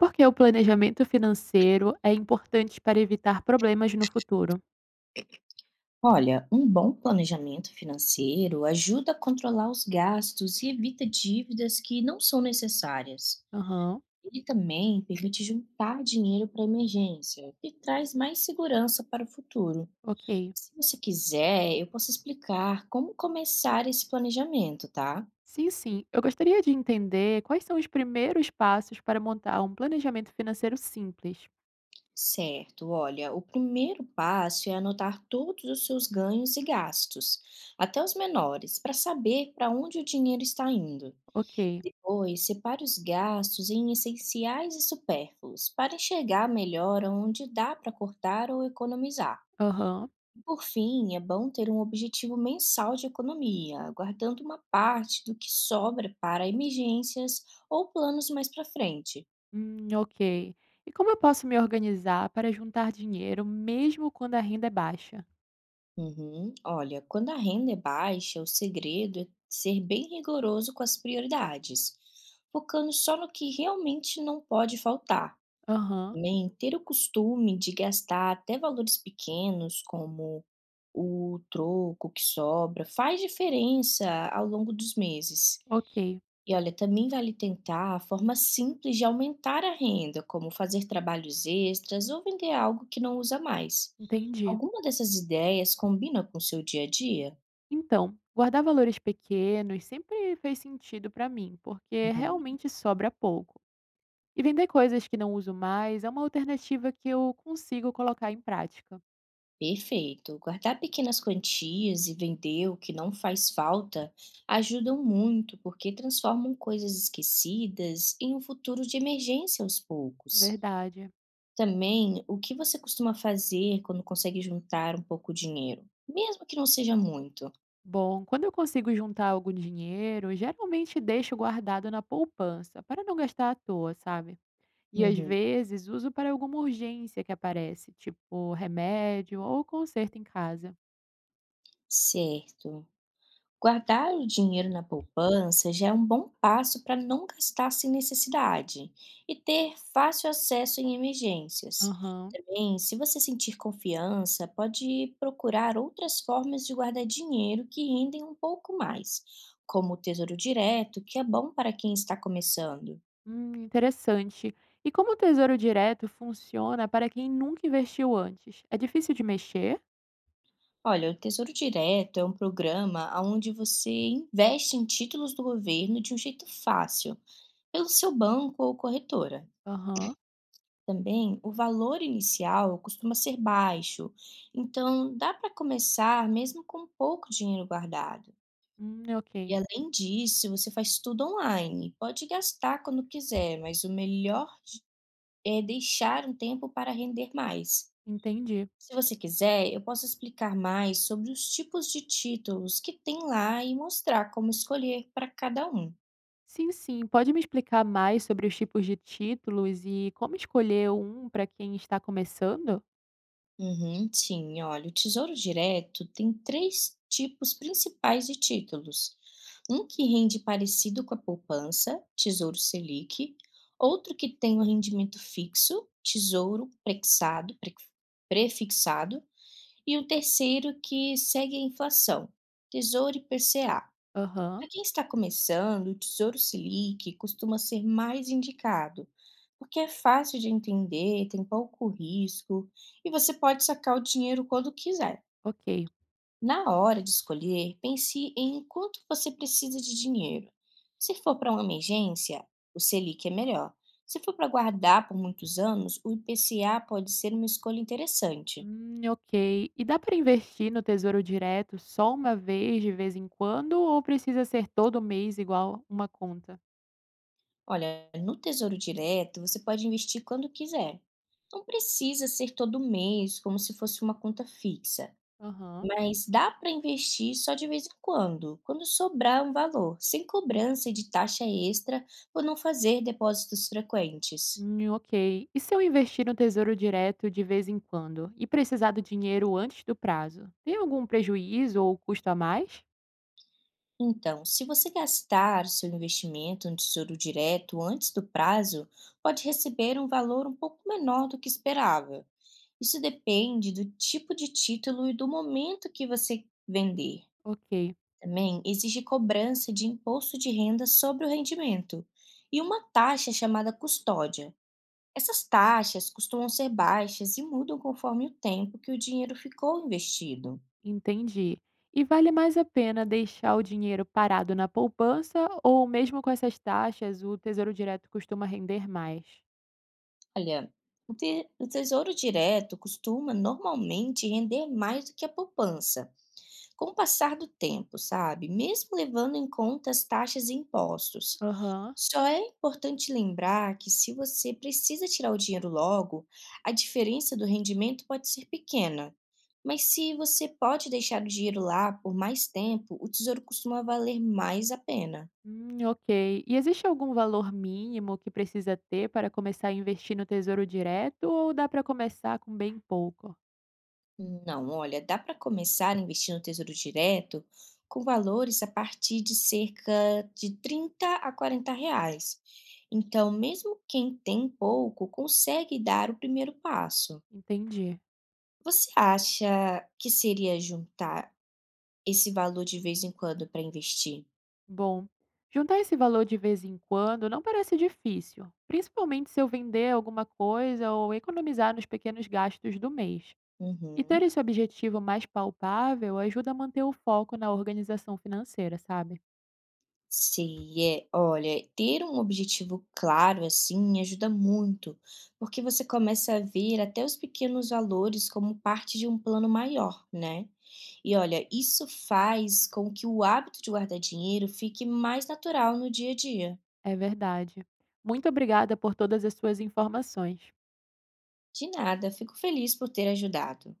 Porque o planejamento financeiro é importante para evitar problemas no futuro. Olha, um bom planejamento financeiro ajuda a controlar os gastos e evita dívidas que não são necessárias. Aham, Ele também permite juntar dinheiro para emergência e traz mais segurança para o futuro. ok. Se você quiser, eu posso explicar como começar esse planejamento, tá? Sim, sim. Eu gostaria de entender quais são os primeiros passos para montar um planejamento financeiro simples. Certo, olha, o primeiro passo é anotar todos os seus ganhos e gastos, até os menores, para saber para onde o dinheiro está indo. Ok. Pois, separe os gastos em essenciais e supérfluos, para enxergar melhor onde dá para cortar ou economizar. Aham. Por fim, é bom ter um objetivo mensal de economia, guardando uma parte do que sobra para emergências ou planos mais para frente. Ok. E como eu posso me organizar para juntar dinheiro mesmo quando a renda é baixa? Uhum. Olha, quando a renda é baixa, o segredo é ser bem rigoroso com as prioridades, focando só no que realmente não pode faltar. Aham, Também ter o costume de gastar até valores pequenos, como o troco que sobra, faz diferença ao longo dos meses. ok. E olha, também vale tentar formas simples de aumentar a renda, como fazer trabalhos extras ou vender algo que não usa mais. Entendi. Alguma dessas ideias combina com o seu dia a dia? Então, guardar valores pequenos sempre fez sentido para mim, porque Uhum. realmente sobra pouco. E vender coisas que não uso mais é uma alternativa que eu consigo colocar em prática. Perfeito. Guardar pequenas quantias e vender o que não faz falta ajudam muito porque transformam coisas esquecidas em um futuro de emergência aos poucos. Verdade. Também, o que você costuma fazer quando consegue juntar um pouco dinheiro, mesmo que não seja muito? Bom, quando eu consigo juntar algum dinheiro, geralmente deixo guardado na poupança, para não gastar à toa, sabe? E às Uhum, vezes uso para alguma urgência que aparece, tipo remédio ou conserto em casa. certo. Guardar o dinheiro na poupança já é um bom passo para não gastar sem necessidade e ter fácil acesso em emergências. Aham. Também, se você sentir confiança, pode procurar outras formas de guardar dinheiro que rendem um pouco mais, como o Tesouro Direto, que é bom para quem está começando. Interessante. E como o tesouro direto funciona para quem nunca investiu antes? É difícil de mexer? Olha, o Tesouro Direto é um programa onde você investe em títulos do governo de um jeito fácil, pelo seu banco ou corretora. Aham. Também, o valor inicial costuma ser baixo, então dá para começar mesmo com pouco dinheiro guardado. E Ok. além disso, você faz tudo online, pode gastar quando quiser, mas o melhor é deixar um tempo para render mais. Entendi. Se você quiser, eu posso explicar mais sobre os tipos de títulos que tem lá e mostrar como escolher para cada um. Sim, sim. Pode me explicar mais sobre os tipos de títulos e como escolher um para quem está começando? Uhum, sim, olha, o Tesouro Direto tem três tipos principais de títulos. Um que rende parecido com a poupança, Tesouro Selic, outro que tem um rendimento fixo, Tesouro prexado, prefixado, e o terceiro que segue a inflação, Tesouro IPCA. Aham, Para quem está começando, o Tesouro Selic costuma ser mais indicado, porque é fácil de entender, tem pouco risco e você pode sacar o dinheiro quando quiser. ok. Na hora de escolher, pense em quanto você precisa de dinheiro. Se for para uma emergência, o Selic é melhor. Se for para guardar por muitos anos, o IPCA pode ser uma escolha interessante. Ok. E dá para investir no Tesouro Direto só uma vez, de vez em quando, ou precisa ser todo mês igual uma conta? Olha, no Tesouro Direto você pode investir quando quiser. Não precisa ser todo mês, como se fosse uma conta fixa, Aham. mas dá para investir só de vez em quando, quando sobrar um valor, sem cobrança de taxa extra por não fazer depósitos frequentes. Ok. E se eu investir no Tesouro Direto de vez em quando e precisar do dinheiro antes do prazo, tem algum prejuízo ou custo a mais? Então, se você gastar seu investimento no Tesouro Direto antes do prazo, pode receber um valor um pouco menor do que esperava. Isso depende do tipo de título e do momento que você vender. Ok. Também exige cobrança de imposto de renda sobre o rendimento e uma taxa chamada custódia. Essas taxas costumam ser baixas e mudam conforme o tempo que o dinheiro ficou investido. Entendi. E vale mais a pena deixar o dinheiro parado na poupança ou mesmo com essas taxas, o Tesouro Direto costuma render mais? Olha, o tesouro direto costuma normalmente render mais do que a poupança, com o passar do tempo, sabe? Mesmo levando em conta as taxas e impostos. Aham. Só é importante lembrar que, se você precisa tirar o dinheiro logo, a diferença do rendimento pode ser pequena. Mas se você pode deixar o dinheiro lá por mais tempo, o tesouro costuma valer mais a pena. Ok. E existe algum valor mínimo que precisa ter para começar a investir no Tesouro Direto ou dá para começar com bem pouco? Não, olha, dá para começar a investir no tesouro direto com valores a partir de cerca de 30 a 40 reais. Então, mesmo quem tem pouco consegue dar o primeiro passo. Entendi. Você acha que seria juntar esse valor de vez em quando para investir. Bom, juntar esse valor de vez em quando não parece difícil, principalmente se eu vender alguma coisa ou economizar nos pequenos gastos do mês. E ter Uhum. esse objetivo mais palpável ajuda a manter o foco na organização financeira, sabe? Sei, é. Olha, ter um objetivo claro, assim, ajuda muito, porque você começa a ver até os pequenos valores como parte de um plano maior, né? E olha, isso faz com que o hábito de guardar dinheiro fique mais natural no dia a dia. É verdade. Muito obrigada por todas as suas informações. De nada, fico feliz por ter ajudado.